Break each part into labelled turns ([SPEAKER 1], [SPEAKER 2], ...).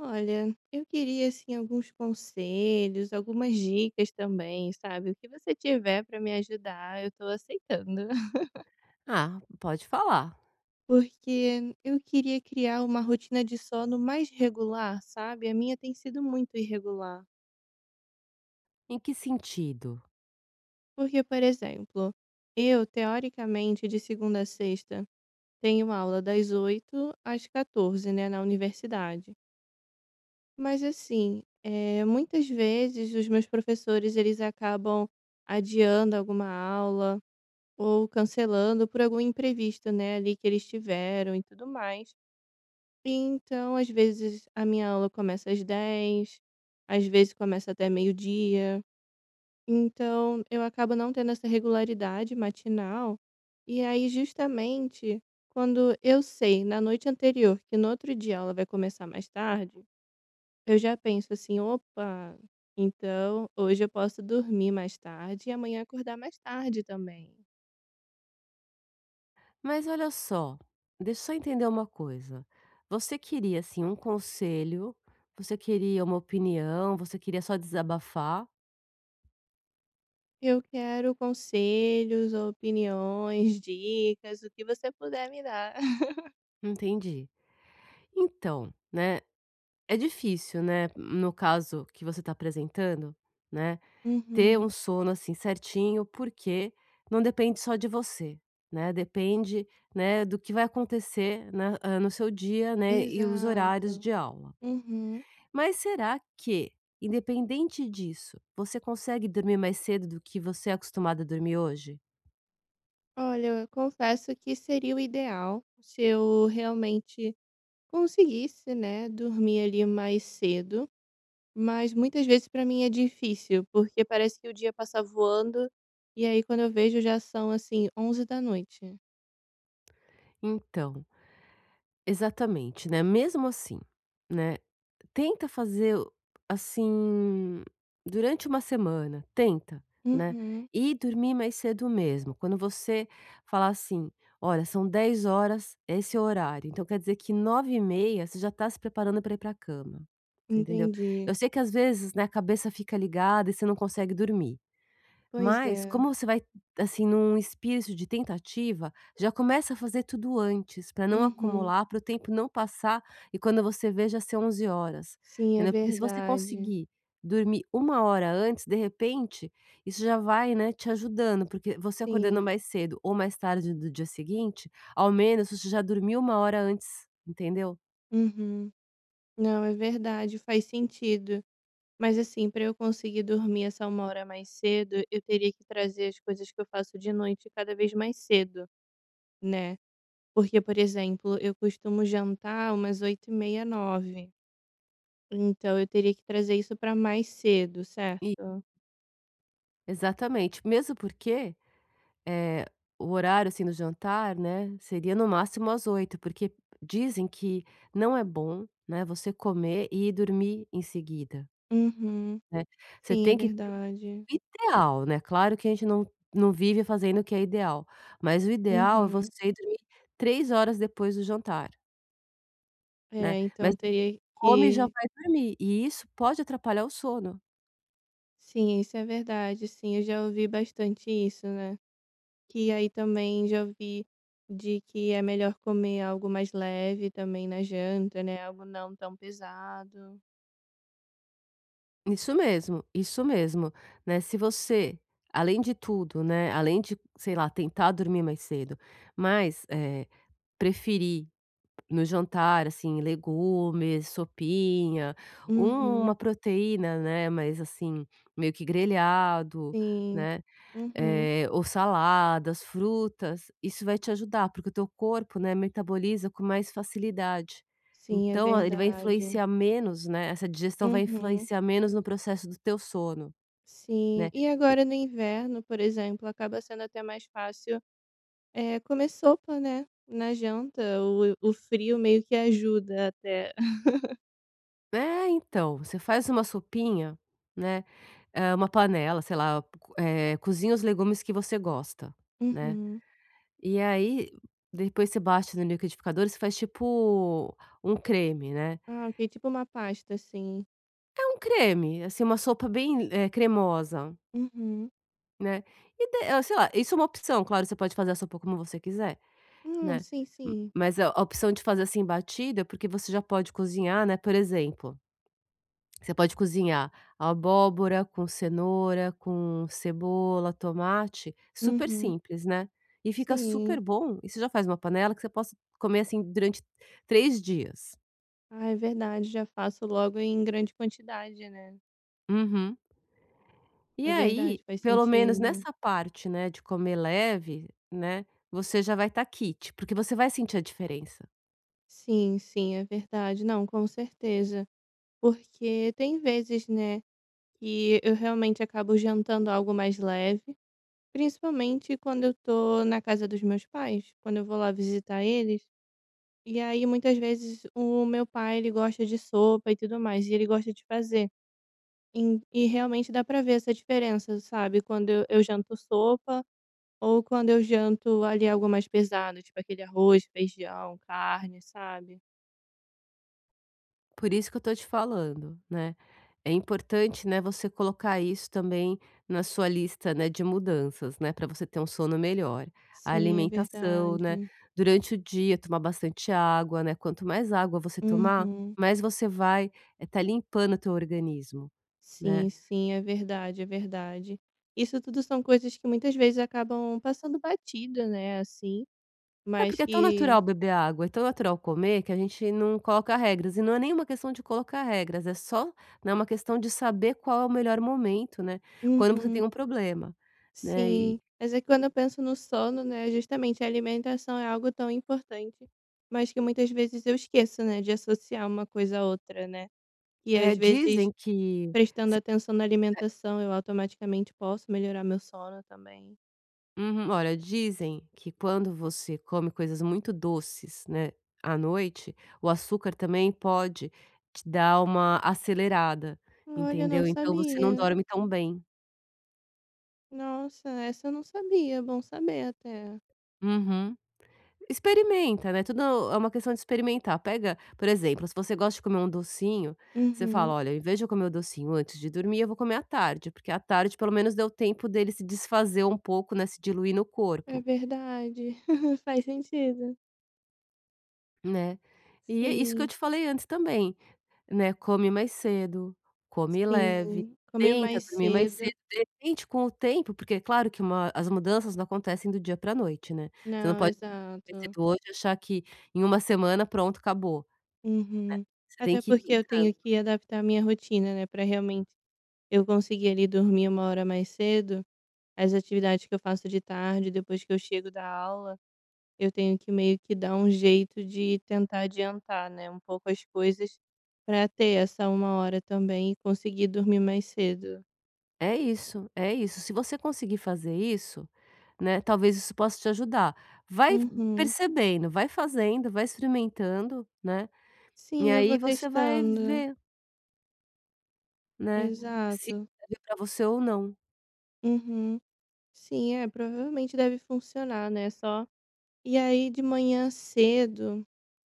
[SPEAKER 1] Olha, eu queria assim alguns conselhos, algumas dicas também, sabe? O que você tiver para me ajudar, eu tô aceitando.
[SPEAKER 2] Ah, pode falar.
[SPEAKER 1] Porque eu queria criar uma rotina de sono mais regular, sabe? A minha tem sido muito irregular.
[SPEAKER 2] Em que sentido?
[SPEAKER 1] Porque, por exemplo, eu, teoricamente, de segunda a sexta, tenho aula das 8 às 14, né, na universidade. Mas assim, muitas vezes os meus professores, eles acabam adiando alguma aula ou cancelando por algum imprevisto, né, ali que eles tiveram e tudo mais. Então, às vezes a minha aula começa às 10, às vezes começa até meio-dia. Então, eu acabo não tendo essa regularidade matinal. E aí, justamente, quando eu sei na noite anterior que no outro dia a aula vai começar mais tarde, eu já penso assim: "Opa, então hoje eu posso dormir mais tarde e amanhã acordar mais tarde também".
[SPEAKER 2] Mas olha só, deixa eu só entender uma coisa. Você queria, assim, um conselho, você queria uma opinião, você queria só desabafar?
[SPEAKER 1] Eu quero conselhos, opiniões, dicas, o que você puder me dar.
[SPEAKER 2] Entendi. Então, né, é difícil, né, no caso que você está apresentando, né, ter
[SPEAKER 1] Uhum,
[SPEAKER 2] um sono, assim, certinho, porque não depende só de você, né, depende, né, do que vai acontecer, né, ah, no seu dia, né, e os horários
[SPEAKER 1] exato.
[SPEAKER 2] de aula.
[SPEAKER 1] Uhum.
[SPEAKER 2] Mas será que, independente disso, você consegue dormir mais cedo do que você é acostumada a dormir hoje?
[SPEAKER 1] Olha, eu confesso que seria o ideal se eu realmente conseguisse, né, dormir ali mais cedo. Mas muitas vezes pra mim é difícil, porque parece que o dia passa voando, e aí quando eu vejo já são, assim, 23h.
[SPEAKER 2] Então, exatamente, né, mesmo assim, né, tenta fazer o assim, durante uma semana, tenta, né,
[SPEAKER 1] Uhum,
[SPEAKER 2] e dormir mais cedo mesmo. Quando você falar assim: "Olha, são 10 horas, esse é o horário", então quer dizer que 9h30 você já está se preparando para ir para a cama, você entendeu? Eu
[SPEAKER 1] entendi.
[SPEAKER 2] sei que às vezes, né, a cabeça fica ligada e você não consegue dormir.
[SPEAKER 1] Pois
[SPEAKER 2] Mas
[SPEAKER 1] é.
[SPEAKER 2] como você vai, assim, num espírito de tentativa, já começa a fazer tudo antes, para não
[SPEAKER 1] Uhum.
[SPEAKER 2] acumular, para o tempo não passar e quando você vê já ser 11 horas,
[SPEAKER 1] Sim, é
[SPEAKER 2] entendeu. Porque se você
[SPEAKER 1] verdade.
[SPEAKER 2] conseguir dormir uma hora antes, de repente, isso já vai, né, te ajudando, porque você acordando
[SPEAKER 1] Sim.
[SPEAKER 2] mais cedo ou mais tarde do dia seguinte, ao menos você já dormiu uma hora antes, entendeu.
[SPEAKER 1] Uhum. Não, é verdade, faz sentido. Mas, assim, pra eu conseguir dormir essa uma hora mais cedo, eu teria que trazer as coisas que eu faço de noite cada vez mais cedo, né. Porque, por exemplo, eu costumo jantar umas oito e meia nove. Então eu teria que trazer isso pra mais cedo,
[SPEAKER 2] E
[SPEAKER 1] certo?
[SPEAKER 2] exatamente, mesmo porque Eh, o horário, assim, do jantar, né, seria no máximo às oito, porque dizem que não é bom, né, você comer e ir dormir em seguida,
[SPEAKER 1] Uhum.
[SPEAKER 2] né. Você
[SPEAKER 1] Sim, é
[SPEAKER 2] tem que ter
[SPEAKER 1] verdade.
[SPEAKER 2] o ideal, né, claro que a gente não vive fazendo o que é ideal, mas o ideal é
[SPEAKER 1] Uhum.
[SPEAKER 2] você ir dormir 3 horas depois do jantar, né,
[SPEAKER 1] É,
[SPEAKER 2] mas
[SPEAKER 1] então teria
[SPEAKER 2] come e já
[SPEAKER 1] que.
[SPEAKER 2] vai dormir, e isso pode atrapalhar o sono.
[SPEAKER 1] Sim, isso é verdade, sim, eu já ouvi bastante isso, né. Que aí também já ouvi de que é melhor comer algo mais leve também na janta, né, algo não tão pesado.
[SPEAKER 2] Isso mesmo, né, se você, além de tudo, né, além de, sei lá, tentar dormir mais cedo, mas, preferir no jantar, assim, legumes, sopinha, um
[SPEAKER 1] Uhum.
[SPEAKER 2] uma proteína, né, mas assim, meio que grelhado,
[SPEAKER 1] Sim.
[SPEAKER 2] né,
[SPEAKER 1] Uhum.
[SPEAKER 2] ou saladas, frutas, isso vai te ajudar, porque o teu corpo, né, metaboliza com mais facilidade.
[SPEAKER 1] Sim, é
[SPEAKER 2] Então, ele vai
[SPEAKER 1] verdade.
[SPEAKER 2] influenciar menos, né, essa digestão vai
[SPEAKER 1] Uhum.
[SPEAKER 2] influenciar menos no processo do teu sono,
[SPEAKER 1] Sim.
[SPEAKER 2] né.
[SPEAKER 1] E agora no inverno, por exemplo, acaba sendo até mais fácil, é comer sopa, né, na janta. O frio meio que ajuda até.
[SPEAKER 2] É, então, você faz uma sopinha, né, uma panela, sei lá, cozinha os legumes que você gosta, né,
[SPEAKER 1] Uhum.
[SPEAKER 2] e aí depois você bate no liquidificador e você faz tipo um creme, né.
[SPEAKER 1] Ah, ok. Tipo uma pasta, assim.
[SPEAKER 2] É um creme, assim, uma sopa bem, cremosa,
[SPEAKER 1] Uhum.
[SPEAKER 2] né, e sei lá, isso é uma opção, claro, você pode fazer a sopa como você quiser,
[SPEAKER 1] hum
[SPEAKER 2] né,
[SPEAKER 1] sim,
[SPEAKER 2] m
[SPEAKER 1] sim.
[SPEAKER 2] mas a opção de fazer assim batida, é porque você já pode cozinhar, né, por exemplo. Você pode cozinhar abóbora com cenoura, com cebola, tomate, super
[SPEAKER 1] Uhum.
[SPEAKER 2] simples, né. E fica super
[SPEAKER 1] Sim.
[SPEAKER 2] bom, e você já faz uma panela que você possa comer, assim, durante 3 dias.
[SPEAKER 1] Ah, é verdade, já faço logo em grande quantidade, né.
[SPEAKER 2] Uhum. E
[SPEAKER 1] É
[SPEAKER 2] aí,
[SPEAKER 1] verdade, faz
[SPEAKER 2] pelo menos
[SPEAKER 1] sentido.
[SPEAKER 2] nessa parte, né, de comer leve, né, você já vai estar kit, porque você vai sentir a diferença.
[SPEAKER 1] Sim, sim, é verdade. Não, com certeza. Porque tem vezes, né, que eu realmente acabo jantando algo mais leve. Principalmente quando eu tô na casa dos meus pais, quando eu vou lá visitar eles, e aí muitas vezes o meu pai ele gosta de sopa e tudo mais, e ele gosta de fazer. E, realmente dá pra ver essa diferença, sabe? Quando eu janto sopa ou quando eu janto ali algo mais pesado, tipo aquele arroz, feijão, carne, sabe?
[SPEAKER 2] Por isso que eu tô te falando, né. É importante, né, você colocar isso também na sua lista, né, de mudanças, né, para você ter um sono melhor. A
[SPEAKER 1] Sim, é
[SPEAKER 2] alimentação, né,
[SPEAKER 1] verdade.
[SPEAKER 2] durante o dia tomar bastante água, né, quanto mais água você tomar,
[SPEAKER 1] Uhum.
[SPEAKER 2] mais você vai, tá limpando o teu organismo,
[SPEAKER 1] Sim,
[SPEAKER 2] né.
[SPEAKER 1] sim, é verdade, é verdade. Isso tudo são coisas que muitas vezes acabam passando batida, né? Assim.
[SPEAKER 2] É
[SPEAKER 1] Mas
[SPEAKER 2] porque é tão natural
[SPEAKER 1] que.
[SPEAKER 2] beber água, é tão natural comer que a gente não coloca regras e não é nenhuma questão de colocar regras, é só, né, uma questão de saber qual é o melhor momento, né, quando você tem
[SPEAKER 1] Uhum,
[SPEAKER 2] um problema, né.
[SPEAKER 1] sim. Mas é que quando eu penso no sono, né, justamente a alimentação é algo tão importante, mas que muitas vezes eu esqueço, né, de associar uma coisa à outra, né. E
[SPEAKER 2] É,
[SPEAKER 1] às vezes
[SPEAKER 2] dizem que
[SPEAKER 1] prestando
[SPEAKER 2] se
[SPEAKER 1] atenção na
[SPEAKER 2] come,
[SPEAKER 1] alimentação eu automaticamente posso melhorar meu sono também.
[SPEAKER 2] uhum. Olha, dizem que quando você come coisas muito doces, né, à noite, o açúcar também pode te dar uma acelerada,
[SPEAKER 1] Olha, eu não
[SPEAKER 2] entendeu. Então você não
[SPEAKER 1] sabia.
[SPEAKER 2] dorme tão bem.
[SPEAKER 1] Nossa, essa eu não sabia, bom saber até.
[SPEAKER 2] Uhum. Experimenta, né, tudo é uma questão de experimentar. Pega, por exemplo, se você gosta de comer um docinho, você fala:
[SPEAKER 1] Uhum,
[SPEAKER 2] "Olha, em vez de eu comer o docinho antes de dormir, eu vou comer à tarde, porque à tarde pelo menos deu tempo dele se desfazer um pouco, né, se diluir no
[SPEAKER 1] é
[SPEAKER 2] corpo".
[SPEAKER 1] verdade, faz sentido.
[SPEAKER 2] Né. E é isso que eu
[SPEAKER 1] Sim,
[SPEAKER 2] te falei antes também, né, come mais cedo, come leve,
[SPEAKER 1] sim, comer
[SPEAKER 2] tenta
[SPEAKER 1] mais
[SPEAKER 2] dormir mais cedo,
[SPEAKER 1] cedo.
[SPEAKER 2] de repente com o tempo, porque é claro que uma as mudanças não acontecem do dia para noite, né. Você não
[SPEAKER 1] Não,
[SPEAKER 2] pode comer
[SPEAKER 1] exato.
[SPEAKER 2] cedo hoje e achar que em uma semana pronto, acabou.
[SPEAKER 1] Uhum.
[SPEAKER 2] Você tem
[SPEAKER 1] Até
[SPEAKER 2] que ir
[SPEAKER 1] porque eu
[SPEAKER 2] tentando.
[SPEAKER 1] tenho que adaptar a minha rotina, né, pra realmente eu conseguir ali dormir uma hora mais cedo. As atividades que eu faço de tarde, depois que eu chego da aula, eu tenho que meio que dar um jeito de tentar adiantar, né, um pouco as coisas pra ter essa uma hora também e conseguir dormir mais cedo.
[SPEAKER 2] É isso, é isso. Se você conseguir fazer isso, né, talvez isso possa te ajudar. Vai
[SPEAKER 1] Uhum.
[SPEAKER 2] percebendo, vai fazendo, vai experimentando, né, e
[SPEAKER 1] Sim, eu vou
[SPEAKER 2] aí você vai
[SPEAKER 1] testando.
[SPEAKER 2] ver, né, se
[SPEAKER 1] Exato.
[SPEAKER 2] serve pra você ou não.
[SPEAKER 1] Uhum. Sim, é, provavelmente deve funcionar, né? Só. E aí de manhã cedo,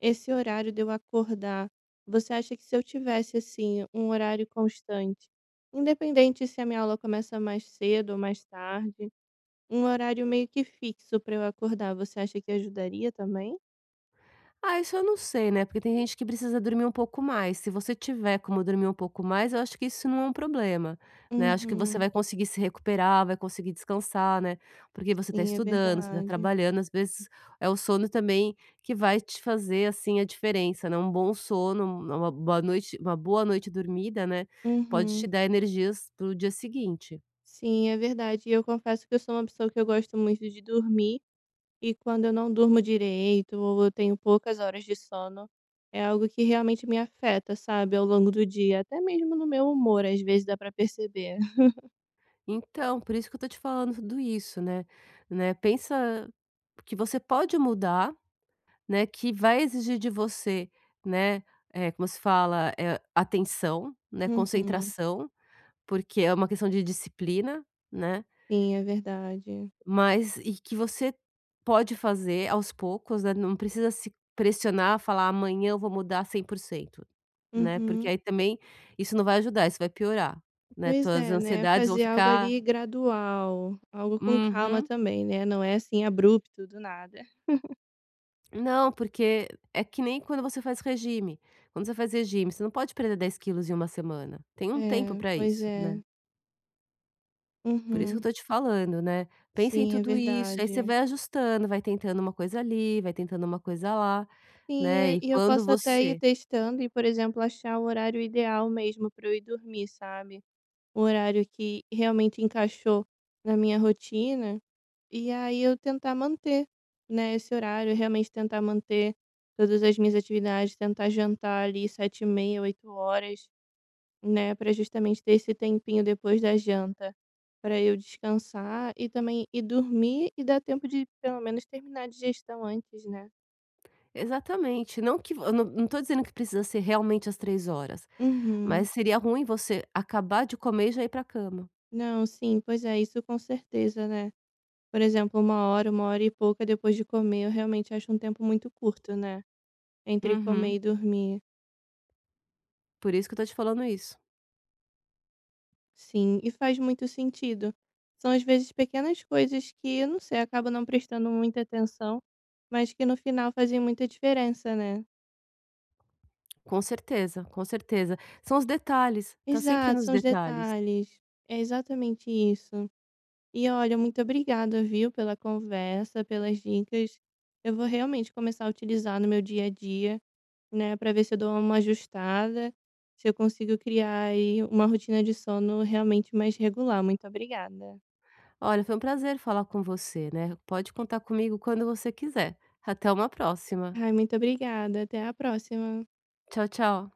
[SPEAKER 1] esse horário de eu acordar, você acha que se eu tivesse, assim, um horário constante, independente se a minha aula começa mais cedo ou mais tarde, um horário meio que fixo pra eu acordar, você acha que ajudaria também?
[SPEAKER 2] Ah, isso eu não sei, né, porque tem gente que precisa dormir um pouco mais, se você tiver como dormir um pouco mais, eu acho que isso não é um problema, né, acho que você
[SPEAKER 1] Uhum.
[SPEAKER 2] vai conseguir se recuperar, vai conseguir descansar, né, porque você tá
[SPEAKER 1] Sim, é
[SPEAKER 2] estudando, você tá
[SPEAKER 1] verdade.
[SPEAKER 2] trabalhando, às vezes é o sono também que vai te fazer, assim, a diferença, né, um bom sono, uma boa noite dormida, né, pode te
[SPEAKER 1] Uhum.
[SPEAKER 2] dar energias para o dia seguinte.
[SPEAKER 1] Sim, é verdade. E eu confesso que eu sou uma pessoa que eu gosto muito de dormir. E quando eu não durmo direito ou eu tenho poucas horas de sono, é algo que realmente me afeta, sabe, ao longo do dia, até mesmo no meu humor, às vezes dá pra perceber.
[SPEAKER 2] Então, por isso que eu tô te falando tudo isso, né, pensa que você pode mudar, né, que vai exigir de você, né, como se fala, atenção, né,
[SPEAKER 1] Uhum.
[SPEAKER 2] concentração, porque é uma questão de disciplina, né,
[SPEAKER 1] Sim, é verdade.
[SPEAKER 2] mas e que você pode fazer aos poucos, né, não precisa se pressionar, falar: "Amanhã eu vou mudar 100%, né, porque
[SPEAKER 1] Uhum.
[SPEAKER 2] aí também isso não vai ajudar, isso vai piorar, né,
[SPEAKER 1] Pois
[SPEAKER 2] tuas
[SPEAKER 1] é, né,
[SPEAKER 2] ansiedades vão
[SPEAKER 1] fazer algo
[SPEAKER 2] ficar".
[SPEAKER 1] ali gradual, algo com calma
[SPEAKER 2] Uhum.
[SPEAKER 1] também, né, não é assim abrupto do nada.
[SPEAKER 2] Não, porque é que nem quando você faz regime. Quando você faz regime, você não pode perder 10 quilos em uma semana. Tem um tempo
[SPEAKER 1] É,
[SPEAKER 2] para
[SPEAKER 1] pois
[SPEAKER 2] isso, né.
[SPEAKER 1] é.
[SPEAKER 2] Por isso que eu
[SPEAKER 1] Uhum.
[SPEAKER 2] tô te falando, né. Pensa em
[SPEAKER 1] Sim, é
[SPEAKER 2] tudo isso, aí você
[SPEAKER 1] verdade.
[SPEAKER 2] vai ajustando, vai tentando uma coisa ali, vai tentando uma coisa lá,
[SPEAKER 1] Sim,
[SPEAKER 2] né,
[SPEAKER 1] e
[SPEAKER 2] e
[SPEAKER 1] e eu
[SPEAKER 2] quando
[SPEAKER 1] posso até ir
[SPEAKER 2] você
[SPEAKER 1] testando e, por exemplo, achar o horário ideal mesmo para eu ir dormir, sabe. Um horário que realmente encaixou na minha rotina, e aí eu tentar manter, né, esse horário, realmente tentar manter todas as minhas atividades, tentar jantar ali sete e meia oito horas, né, para justamente ter esse tempinho depois da janta para eu descansar e também ir dormir e dar tempo de pelo menos terminar a digestão antes, né.
[SPEAKER 2] exatamente, não que eu não tô dizendo que precisa ser realmente às 3 horas,
[SPEAKER 1] Uhum.
[SPEAKER 2] mas seria ruim você acabar de comer e já ir pra cama.
[SPEAKER 1] Não, sim, pois é, isso com certeza, né. Por exemplo, uma hora e pouca depois de comer, eu realmente acho um tempo muito curto, né, entre comer
[SPEAKER 2] Uhum.
[SPEAKER 1] e dormir.
[SPEAKER 2] Por isso que eu tô te falando isso.
[SPEAKER 1] Sim, e faz muito sentido. São às vezes pequenas coisas que, eu não sei, acabo não prestando muita atenção, mas que no final fazem muita diferença, né.
[SPEAKER 2] Com certeza, com certeza. São os detalhes, tá sempre
[SPEAKER 1] Exato,
[SPEAKER 2] nos
[SPEAKER 1] são os
[SPEAKER 2] detalhes.
[SPEAKER 1] detalhes. É exatamente isso. E olha, muito obrigada, viu, pela conversa, pelas dicas. Eu vou realmente começar a utilizar no meu dia a dia. Né, para ver se eu dou uma ajustada, se eu consigo criar aí uma rotina de sono realmente mais regular. Muito obrigada.
[SPEAKER 2] Olha, foi um prazer falar com você, né. Pode contar comigo quando você quiser. Até uma próxima.
[SPEAKER 1] Ai, muito obrigada. Até a próxima.
[SPEAKER 2] Tchau, tchau.